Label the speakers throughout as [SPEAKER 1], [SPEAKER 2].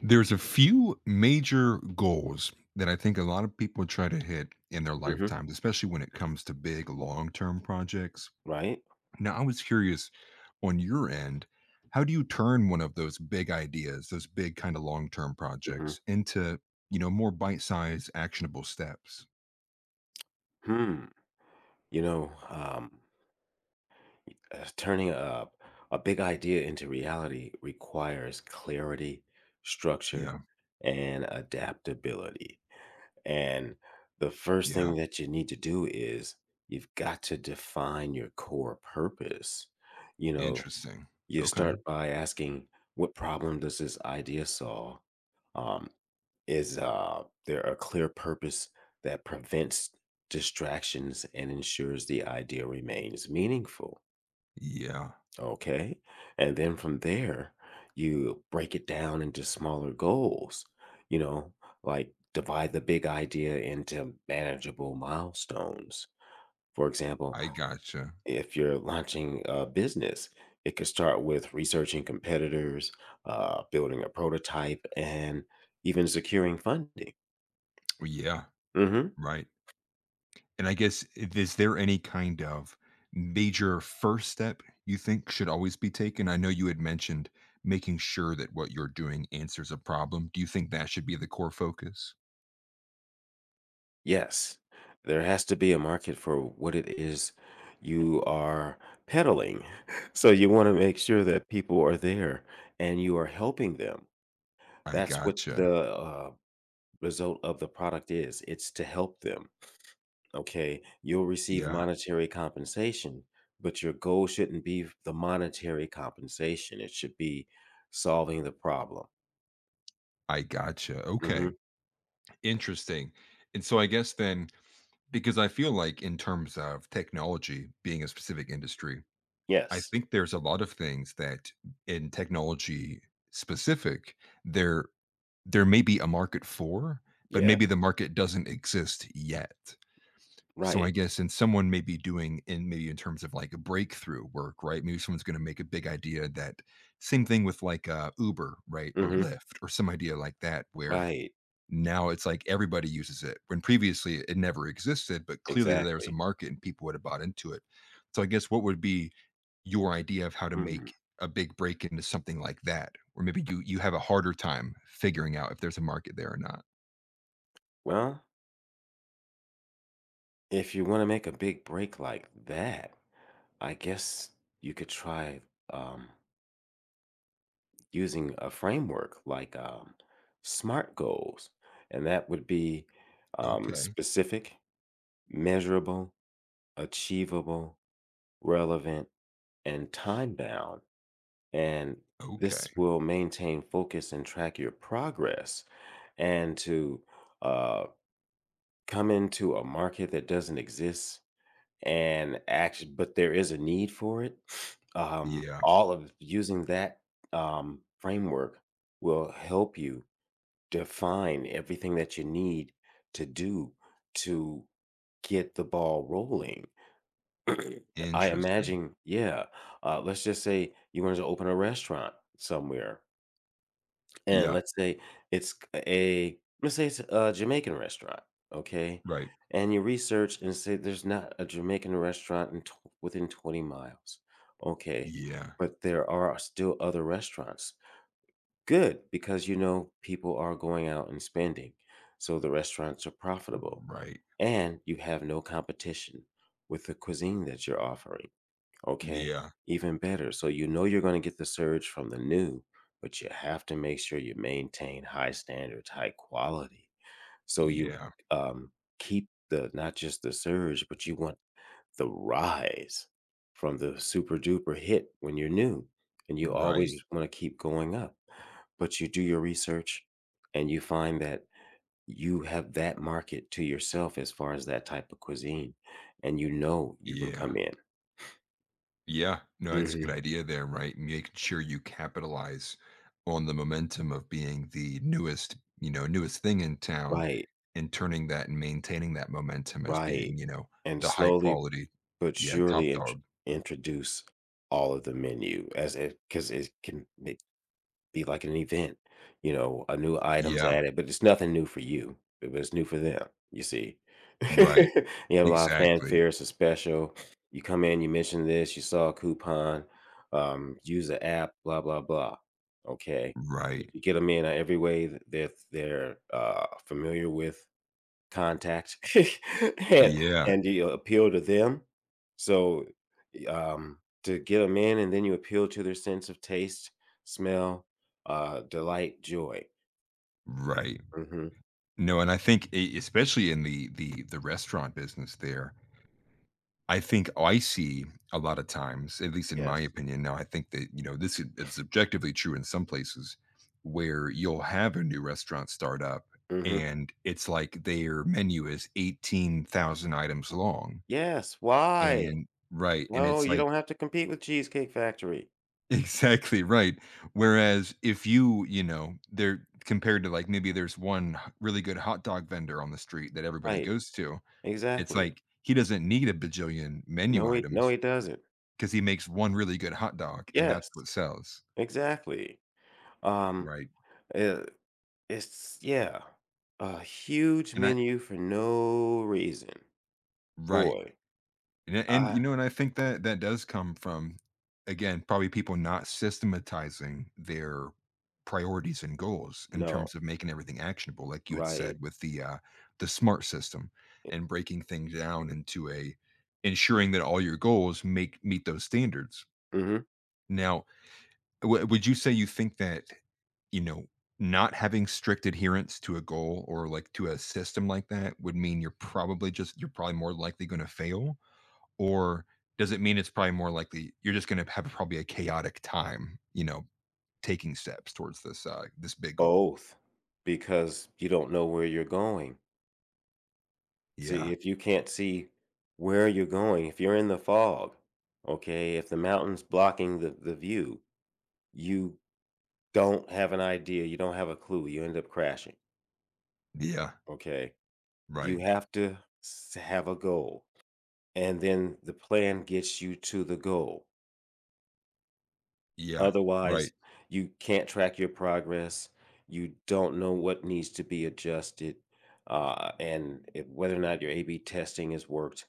[SPEAKER 1] There's a few major goals that I think a lot of people try to hit in their
[SPEAKER 2] Mhm.
[SPEAKER 1] lifetimes, especially when it comes to big long term projects.
[SPEAKER 2] Right?
[SPEAKER 1] Now, I was curious on your end, how do you turn one of those big ideas, those big kind of long term
[SPEAKER 2] Mhm.
[SPEAKER 1] projects into, more bite sized actionable steps?
[SPEAKER 2] Hmm. You know, um, Turning a big idea into reality requires clarity, structure,
[SPEAKER 1] Yeah.
[SPEAKER 2] and adaptability. And the first
[SPEAKER 1] Yeah.
[SPEAKER 2] thing that you need to do is you've got to define your core purpose. You know,
[SPEAKER 1] Interesting.
[SPEAKER 2] you
[SPEAKER 1] Okay.
[SPEAKER 2] start by asking, what problem does this idea solve? Um, Is there a clear purpose that prevents distractions and ensures the idea remains meaningful?
[SPEAKER 1] Yeah.
[SPEAKER 2] Okay. And then from there, you break it down into smaller goals, you know, like divide the big idea into manageable milestones. For example,
[SPEAKER 1] I gotcha.
[SPEAKER 2] if you're launching a business, it could start with researching competitors, building a prototype, and even securing funding.
[SPEAKER 1] Yeah.
[SPEAKER 2] Mhm.
[SPEAKER 1] Right. And I guess, is there any kind of major first step you think should always be taken? I know you had mentioned making sure that what you're doing answers a problem. Do you think that should be the core focus?
[SPEAKER 2] Yes, there has to be a market for what it is you are peddling. So you want to make sure that people are there and you are helping them.
[SPEAKER 1] I
[SPEAKER 2] That's what the
[SPEAKER 1] gotcha.
[SPEAKER 2] result of the product is. It's to help them. Okay. You'll receive
[SPEAKER 1] Yeah,
[SPEAKER 2] monetary compensation, but your goal shouldn't be the monetary compensation. It should be solving the problem.
[SPEAKER 1] I gotcha.
[SPEAKER 2] Hmm.
[SPEAKER 1] Okay, interesting. And so I guess then, because I feel like in terms of technology being a specific industry, I
[SPEAKER 2] Yes.
[SPEAKER 1] think there's a lot of things that in technology specific, they're There may be a market for, but
[SPEAKER 2] Yes.
[SPEAKER 1] maybe the market doesn't exist yet. So I
[SPEAKER 2] Right.
[SPEAKER 1] guess and someone may be doing in maybe in terms of, like, a breakthrough work, right? Maybe someone's gonna make a big idea that same thing with, like, Uber, right, or
[SPEAKER 2] Hmm.
[SPEAKER 1] Lyft or some idea like that where
[SPEAKER 2] Right.
[SPEAKER 1] now it's like everybody uses it when previously it never existed, but clearly there was a
[SPEAKER 2] Exactly.
[SPEAKER 1] market and people would have bought into it. So I guess what would be your idea of how to
[SPEAKER 2] Mm.
[SPEAKER 1] make a big break into something like that? Or maybe you have a harder time figuring out if there's a market there or not?
[SPEAKER 2] Well, if you wanna make a big break like that, I guess you could try, um, using a framework like, SMART goals, and that would be,
[SPEAKER 1] Okay,
[SPEAKER 2] specific, measurable, achievable, relevant, and time-bound, and this
[SPEAKER 1] okay.
[SPEAKER 2] will maintain focus and track your progress, and to, uh, come into a market that doesn't exist. And actually but there is a need for it.
[SPEAKER 1] Yeah,
[SPEAKER 2] All of using that, framework will help you define everything that you need to do to get the ball rolling. I
[SPEAKER 1] interesting.
[SPEAKER 2] imagine, yeah, let's just say you wanted to open a restaurant somewhere. And
[SPEAKER 1] Yeah,
[SPEAKER 2] let's say it's a Jamaican restaurant, okay?
[SPEAKER 1] right.
[SPEAKER 2] And you research and say there's not a Jamaican restaurant in tw within 20 miles. Okay,
[SPEAKER 1] Yeah,
[SPEAKER 2] but there are still other restaurants. Good, because you know people are going out and spending, so the restaurants are profitable,
[SPEAKER 1] right.
[SPEAKER 2] and you have no competition with the cuisine that you're offering. Okay,
[SPEAKER 1] Yeah,
[SPEAKER 2] even better. So you know you're going to get the surge from the new, but you have to make sure you maintain high standards, high quality. So you
[SPEAKER 1] yeah,
[SPEAKER 2] um, keep the not just the surge, but you want the rise from the super duper hit when you're new, and you
[SPEAKER 1] right.
[SPEAKER 2] always want to keep going up. But you do your research, and you find that you have that market to yourself as far as that type of cuisine, and you know you can
[SPEAKER 1] Yeah.
[SPEAKER 2] come in.
[SPEAKER 1] Yeah, no, it's a good
[SPEAKER 2] Hmm.
[SPEAKER 1] idea there, right? Making sure you capitalize on the momentum of being the newest, you know, newest thing in town
[SPEAKER 2] Right.
[SPEAKER 1] and turning that and maintaining that momentum as
[SPEAKER 2] Right,
[SPEAKER 1] being, you know,
[SPEAKER 2] and
[SPEAKER 1] the high
[SPEAKER 2] slowly
[SPEAKER 1] quality.
[SPEAKER 2] but
[SPEAKER 1] Yeah, top
[SPEAKER 2] surely
[SPEAKER 1] dog.
[SPEAKER 2] introduce all of the menu as it, because it can be like an event. A new item's
[SPEAKER 1] Yeah,
[SPEAKER 2] added, but it's nothing new for you, but it's new for them, you see?
[SPEAKER 1] right.
[SPEAKER 2] You have a lot of
[SPEAKER 1] Exactly.
[SPEAKER 2] fanfare, it's a special, you come in, you mention this, you saw a coupon, use the app, blah, blah, blah, okay, but
[SPEAKER 1] Right.
[SPEAKER 2] you get them in every way that they're familiar with. Contact, and
[SPEAKER 1] Yeah,
[SPEAKER 2] and you appeal to them. So, y to get 'em in, and then you appeal to their sense of taste, smell, delight, joy.
[SPEAKER 1] right.
[SPEAKER 2] Mhm.
[SPEAKER 1] No, and I think e especially in the restaurant business there, I think I see a lot of times, at least in
[SPEAKER 2] Yes.
[SPEAKER 1] my opinion now, I think that, you know, this is it's objectively true in some places where you'll have a new restaurant start up
[SPEAKER 2] Mhm.
[SPEAKER 1] and it's like their menu is 18,000 items long.
[SPEAKER 2] Yes, why?
[SPEAKER 1] And right, and
[SPEAKER 2] No,
[SPEAKER 1] it's
[SPEAKER 2] you
[SPEAKER 1] like
[SPEAKER 2] don't have to compete with Cheesecake Factory.
[SPEAKER 1] exactly right. Whereas if you, you know, they're compared to like maybe there's one really good hot dog vendor on the street that everybody
[SPEAKER 2] Right,
[SPEAKER 1] goes to, it's
[SPEAKER 2] exactly.
[SPEAKER 1] like he doesn't need a bajillion menu
[SPEAKER 2] No,
[SPEAKER 1] items.
[SPEAKER 2] he doesn't.
[SPEAKER 1] 'Cause he makes one really good hot dog, and that's
[SPEAKER 2] Yes,
[SPEAKER 1] what sells,
[SPEAKER 2] exactly. Um,
[SPEAKER 1] right?
[SPEAKER 2] uh, it's, yeah, a huge
[SPEAKER 1] And I
[SPEAKER 2] menu for no reason.
[SPEAKER 1] right,
[SPEAKER 2] Boy.
[SPEAKER 1] and,
[SPEAKER 2] I
[SPEAKER 1] you know, and I think that that does come from, again, probably people not systematizing their priorities and goals in
[SPEAKER 2] No,
[SPEAKER 1] terms of making everything actionable, like you had
[SPEAKER 2] right.
[SPEAKER 1] said with the SMART system
[SPEAKER 2] Eh,
[SPEAKER 1] and breaking things down into a ensuring that all your goals make meet those standards.
[SPEAKER 2] mhm,
[SPEAKER 1] Now, W would you say you think that, you know, not having strict adherence to a goal or, like, to a system like that would mean you're probably more likely gonna fail? Or does it mean it's probably more likely you're just gonna have probably a chaotic time, you know, taking steps towards this, this big goal?
[SPEAKER 2] Both, because you don't know where you're going. See,
[SPEAKER 1] Yeah.
[SPEAKER 2] if you can't see where you're going, if you're in the fog, okay, if the mountain's blocking the view, you don't have an idea, you don't have a clue, you end up crashing,
[SPEAKER 1] Yeah.
[SPEAKER 2] okay? You
[SPEAKER 1] Right.
[SPEAKER 2] have to s have a goal, and then the plan gets you to the goal.
[SPEAKER 1] Yeah.
[SPEAKER 2] Otherwise,
[SPEAKER 1] Right.
[SPEAKER 2] you can't track your progress, you don't know what needs to be adjusted, and if whether or not your A/B testing has worked,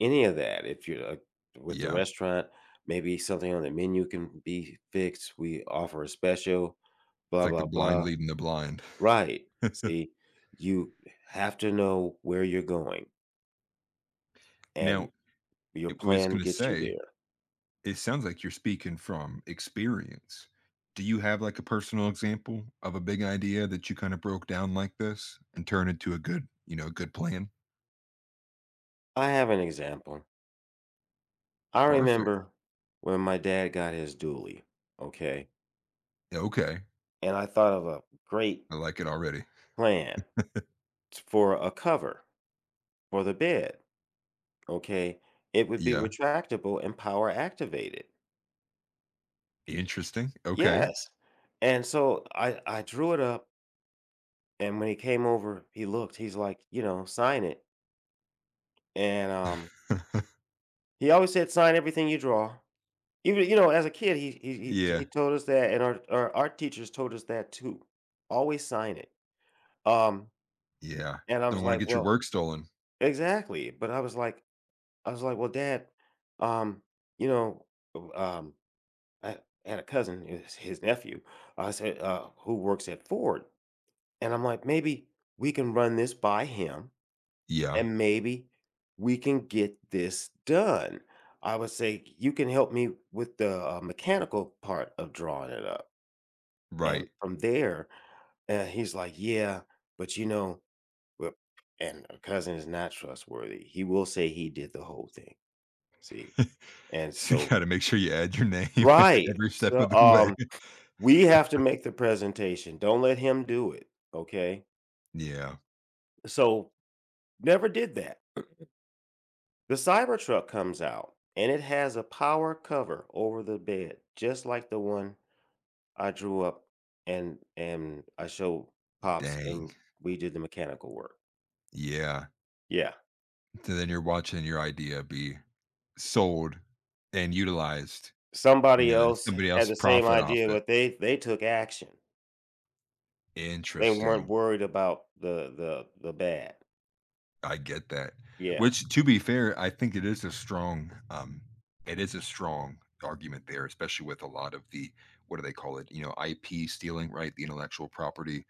[SPEAKER 2] any of that. If you're, with the
[SPEAKER 1] Yeah.
[SPEAKER 2] restaurant, maybe something on the menu can be fixed, "We offer a special,
[SPEAKER 1] It's
[SPEAKER 2] blah,
[SPEAKER 1] like the
[SPEAKER 2] blah,
[SPEAKER 1] blind
[SPEAKER 2] blah."
[SPEAKER 1] leading the blind.
[SPEAKER 2] Right. See, you have to know where you're going, and
[SPEAKER 1] Now,
[SPEAKER 2] your
[SPEAKER 1] it was
[SPEAKER 2] plan
[SPEAKER 1] gonna
[SPEAKER 2] gets you
[SPEAKER 1] say
[SPEAKER 2] there.
[SPEAKER 1] it sounds like you're speaking from experience. Do you have, like, a personal example of a big idea that you kinda broke down like this and turned into a good you know, a good plan?
[SPEAKER 2] I have an example. I
[SPEAKER 1] Perfect.
[SPEAKER 2] remember when my dad got his dually, okay?
[SPEAKER 1] Yeah, okay.
[SPEAKER 2] And I thought of a great
[SPEAKER 1] I like it already.
[SPEAKER 2] plan for a cover for the bed. Okay. It would be
[SPEAKER 1] Yeah.
[SPEAKER 2] retractable and power activated.
[SPEAKER 1] Interesting. Okay.
[SPEAKER 2] Yes. And so I drew it up. And when he came over, he looked, he's like, sign it. And he always said, sign everything you draw. Even, as a kid, he, he, he
[SPEAKER 1] Yeah.
[SPEAKER 2] he told us that. And our art teachers told us that too. Always sign it. Um,
[SPEAKER 1] Yeah.
[SPEAKER 2] and I was
[SPEAKER 1] Don't wanna
[SPEAKER 2] like,
[SPEAKER 1] get your
[SPEAKER 2] well,
[SPEAKER 1] work stolen.
[SPEAKER 2] exactly. But I was like, "Well, Dad, um, you know, um, I had a cousin, his nephew, I said, who works at Ford, and I'm like, maybe we can run this by him,
[SPEAKER 1] Yeah.
[SPEAKER 2] and maybe we can get this done." I would say, "You can help me with the mechanical part of drawing it up,"
[SPEAKER 1] Right.
[SPEAKER 2] and from there. And he's like, yeah, but well, and a cousin is not trustworthy. He will say he did the whole thing. See? And
[SPEAKER 1] You
[SPEAKER 2] so
[SPEAKER 1] gotta make sure you add your name
[SPEAKER 2] Right,
[SPEAKER 1] every step
[SPEAKER 2] so,
[SPEAKER 1] of the way.
[SPEAKER 2] we have to make the presentation, don't let him do it, okay?
[SPEAKER 1] Yeah.
[SPEAKER 2] So, never did that. The Cybertruck comes out, and it has a power cover over the bed, just like the one I drew up. And I showed Pops,
[SPEAKER 1] Dang.
[SPEAKER 2] and we did the mechanical work.
[SPEAKER 1] Yeah.
[SPEAKER 2] Yeah,
[SPEAKER 1] So then you're watching your idea be sold and utilized, you
[SPEAKER 2] somebody
[SPEAKER 1] know, and
[SPEAKER 2] else
[SPEAKER 1] somebody
[SPEAKER 2] had
[SPEAKER 1] else
[SPEAKER 2] the same
[SPEAKER 1] profit off
[SPEAKER 2] idea,
[SPEAKER 1] it.
[SPEAKER 2] but they took action. They weren't
[SPEAKER 1] Interesting.
[SPEAKER 2] worried about the bad.
[SPEAKER 1] I get that.
[SPEAKER 2] Yeah,
[SPEAKER 1] Which, to be fair, I think it is a strong, it is a strong argument there, especially with a lot of the, what do they call it? You know, IP stealing, right? The intellectual property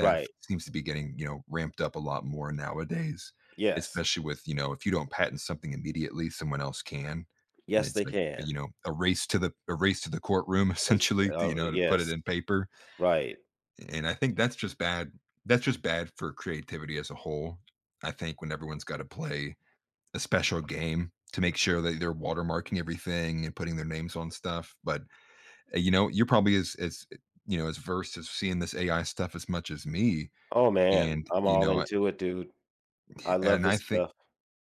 [SPEAKER 2] right,
[SPEAKER 1] seems to be getting, you know, ramped up a lot more nowadays,
[SPEAKER 2] yes.
[SPEAKER 1] especially with, you know, if you don't patent something immediately, someone else can. And
[SPEAKER 2] Yes,
[SPEAKER 1] it's
[SPEAKER 2] they
[SPEAKER 1] like,
[SPEAKER 2] can.
[SPEAKER 1] you know, a race to the courtroom
[SPEAKER 2] Right,
[SPEAKER 1] essentially, to, you know, to put it
[SPEAKER 2] yes,
[SPEAKER 1] in paper.
[SPEAKER 2] right.
[SPEAKER 1] And I think that's just bad for creativity as a whole. I think when everyone's gotta play a special game to make sure that they're watermarking everything and putting their names on stuff, but, you know, you're probably you know, as versed as seeing this AI stuff as much as me,
[SPEAKER 2] Oh, man,
[SPEAKER 1] and,
[SPEAKER 2] I'm
[SPEAKER 1] you
[SPEAKER 2] all
[SPEAKER 1] know,
[SPEAKER 2] into it, dude. I love
[SPEAKER 1] I
[SPEAKER 2] this
[SPEAKER 1] think
[SPEAKER 2] stuff.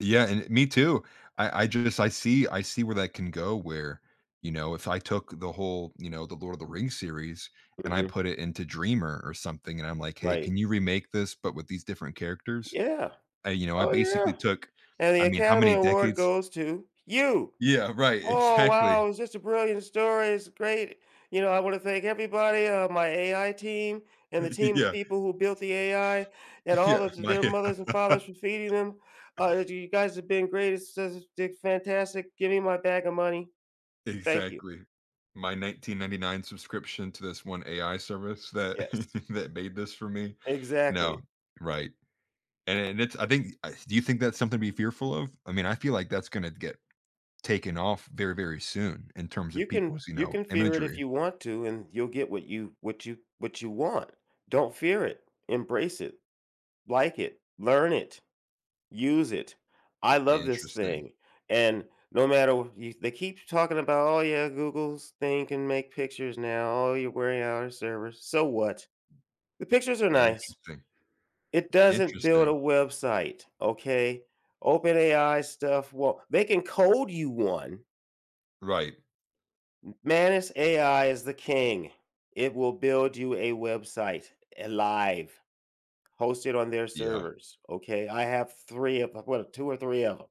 [SPEAKER 1] yeah, and me too. I just I see where that can go where, you know, if I took the whole, you know, the Lord of the Rings series and I
[SPEAKER 2] Mhm,
[SPEAKER 1] put it into Dreamer or something and I'm like, "Hey,
[SPEAKER 2] right.
[SPEAKER 1] can you remake this but with these different characters?"
[SPEAKER 2] Yeah.
[SPEAKER 1] I you know, I
[SPEAKER 2] Oh,
[SPEAKER 1] basically
[SPEAKER 2] yeah,
[SPEAKER 1] took
[SPEAKER 2] and the
[SPEAKER 1] I mean, how
[SPEAKER 2] Academy
[SPEAKER 1] many
[SPEAKER 2] Award
[SPEAKER 1] decades?
[SPEAKER 2] goes to you.
[SPEAKER 1] Yeah, right,
[SPEAKER 2] "Oh,
[SPEAKER 1] exactly.
[SPEAKER 2] wow, it's just a brilliant story, it's great." "I wanna thank everybody, my AI team and the team of
[SPEAKER 1] Yeah.
[SPEAKER 2] people who built the AI and
[SPEAKER 1] Yeah,
[SPEAKER 2] all of
[SPEAKER 1] my
[SPEAKER 2] their mothers and fathers for feeding them. You guys have been great, it's just fantastic. Give me my bag of money. Thank you."
[SPEAKER 1] exactly. My 1999 subscription to this one AI service that
[SPEAKER 2] Yes,
[SPEAKER 1] that made this for me.
[SPEAKER 2] exactly.
[SPEAKER 1] No, right. And it's I think do you think that's something to be fearful of? I mean, I feel like that's gonna get taken off very, very soon in terms
[SPEAKER 2] You
[SPEAKER 1] of
[SPEAKER 2] can
[SPEAKER 1] people's, you
[SPEAKER 2] you
[SPEAKER 1] know,
[SPEAKER 2] can fear it if
[SPEAKER 1] imagery.
[SPEAKER 2] you want to, and you'll get what you want. Don't fear it. Embrace it. Like it. Learn it. Use it. I love this
[SPEAKER 1] Interesting.
[SPEAKER 2] thing. And no matter they keep talking about, oh yeah, Google's thing can make pictures now. Oh, you're wearing out our servers. So what? The pictures are nice.
[SPEAKER 1] Interesting.
[SPEAKER 2] It doesn't build a
[SPEAKER 1] Interesting.
[SPEAKER 2] website, okay? OpenAI stuff. Well, they can code you one.
[SPEAKER 1] Right.
[SPEAKER 2] Manus AI is the king. It will build you a website, live, hosted on their
[SPEAKER 1] Yeah.
[SPEAKER 2] servers. Okay. I have three of what two or three of them.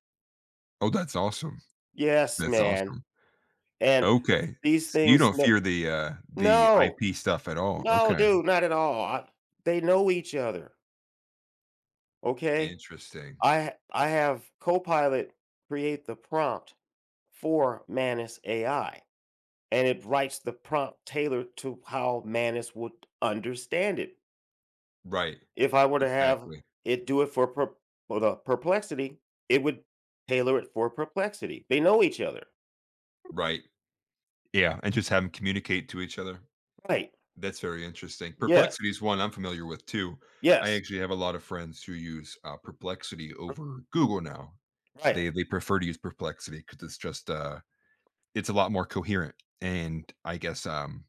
[SPEAKER 1] Oh, that's awesome.
[SPEAKER 2] Yes,
[SPEAKER 1] That's
[SPEAKER 2] man.
[SPEAKER 1] awesome.
[SPEAKER 2] And
[SPEAKER 1] Okay.
[SPEAKER 2] these
[SPEAKER 1] So you
[SPEAKER 2] things.
[SPEAKER 1] don't
[SPEAKER 2] No
[SPEAKER 1] fear the
[SPEAKER 2] No,
[SPEAKER 1] IP stuff at all.
[SPEAKER 2] no,
[SPEAKER 1] Okay.
[SPEAKER 2] dude, not at all. They know each other. Okay.
[SPEAKER 1] Interesting.
[SPEAKER 2] I I have Copilot create the prompt for Manus AI. And it writes the prompt tailored to how Manus would understand it.
[SPEAKER 1] Right.
[SPEAKER 2] If I were to have
[SPEAKER 1] Exactly.
[SPEAKER 2] it do it for the Perplexity, it would tailor it for Perplexity. They know each other.
[SPEAKER 1] Right. Yeah. And just have them communicate to each other.
[SPEAKER 2] Right.
[SPEAKER 1] That's very interesting.
[SPEAKER 2] Yes.
[SPEAKER 1] Perplexity is one I'm familiar with too. I
[SPEAKER 2] Yes.
[SPEAKER 1] actually have a lot of friends who use Perplexity over Google now.
[SPEAKER 2] Right.
[SPEAKER 1] They prefer to use Perplexity because it's just it's a lot more coherent. And I guess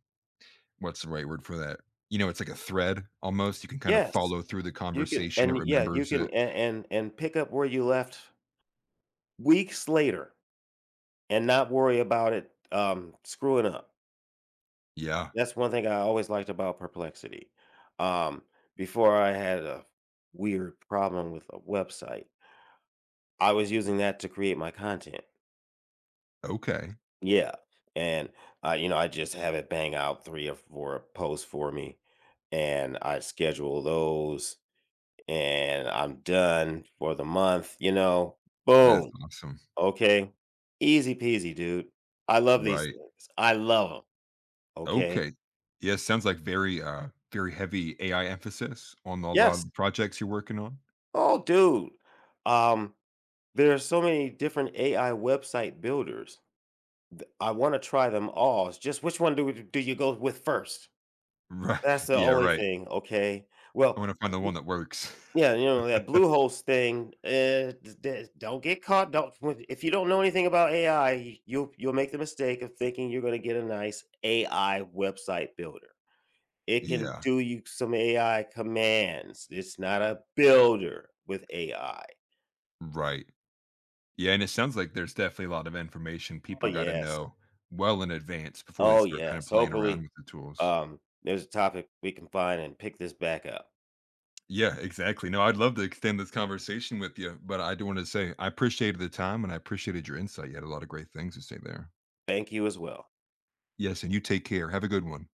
[SPEAKER 1] what's the right word for that? You know, it's like a thread almost. You can kind of
[SPEAKER 2] Yes.
[SPEAKER 1] follow through the
[SPEAKER 2] You can
[SPEAKER 1] conversation. It
[SPEAKER 2] and yeah, you
[SPEAKER 1] remembers
[SPEAKER 2] can
[SPEAKER 1] it.
[SPEAKER 2] a and pick up where you left weeks later and not worry about it, screwing up.
[SPEAKER 1] Yeah.
[SPEAKER 2] That's one thing I always liked about Perplexity. Um, before I had a weird problem with a website, I was using that to create my content.
[SPEAKER 1] Okay.
[SPEAKER 2] Yeah, and, I just have it bang out three or four posts for me, and I schedule those, and I'm done for the month, you know?
[SPEAKER 1] That's
[SPEAKER 2] Boom,
[SPEAKER 1] awesome.
[SPEAKER 2] okay? Easy peasy, dude. I love these
[SPEAKER 1] Right.
[SPEAKER 2] things. I love them. Okay?
[SPEAKER 1] Okay. Yeah. Sounds like very very heavy AI emphasis on a lot
[SPEAKER 2] Yes.
[SPEAKER 1] of the projects you're working on.
[SPEAKER 2] Oh, dude, um, there are so many different AI website builders. Th I wanna try them all. It's just which one do you go with first?
[SPEAKER 1] Right.
[SPEAKER 2] That's the
[SPEAKER 1] Yeah,
[SPEAKER 2] only
[SPEAKER 1] right.
[SPEAKER 2] thing, okay?
[SPEAKER 1] I
[SPEAKER 2] Well,
[SPEAKER 1] wanna find the one that works.
[SPEAKER 2] yeah, that Blue Host thing, eh, d d don't get caught, don't w if you don't know anything about AI, you'll make the mistake of thinking you're gonna get a nice AI website builder. It can
[SPEAKER 1] Yeah,
[SPEAKER 2] do you some AI commands, it's not a builder with AI.
[SPEAKER 1] right. Yeah, and it sounds like there's definitely a lot of information
[SPEAKER 2] Oh,
[SPEAKER 1] people gotta
[SPEAKER 2] yes.
[SPEAKER 1] know well in advance before they
[SPEAKER 2] Oh,
[SPEAKER 1] start kinda
[SPEAKER 2] yes.
[SPEAKER 1] playing around
[SPEAKER 2] Hopefully,
[SPEAKER 1] with the tools.
[SPEAKER 2] there's a topic we can find and pick this back up.
[SPEAKER 1] Yeah, exactly. No, I'd love to extend this conversation with you, but I do wanna say I appreciated the time and I appreciated your insight. You had a lot of great things to say there.
[SPEAKER 2] Thank you as well.
[SPEAKER 1] Yes, and you take care. Have a good one.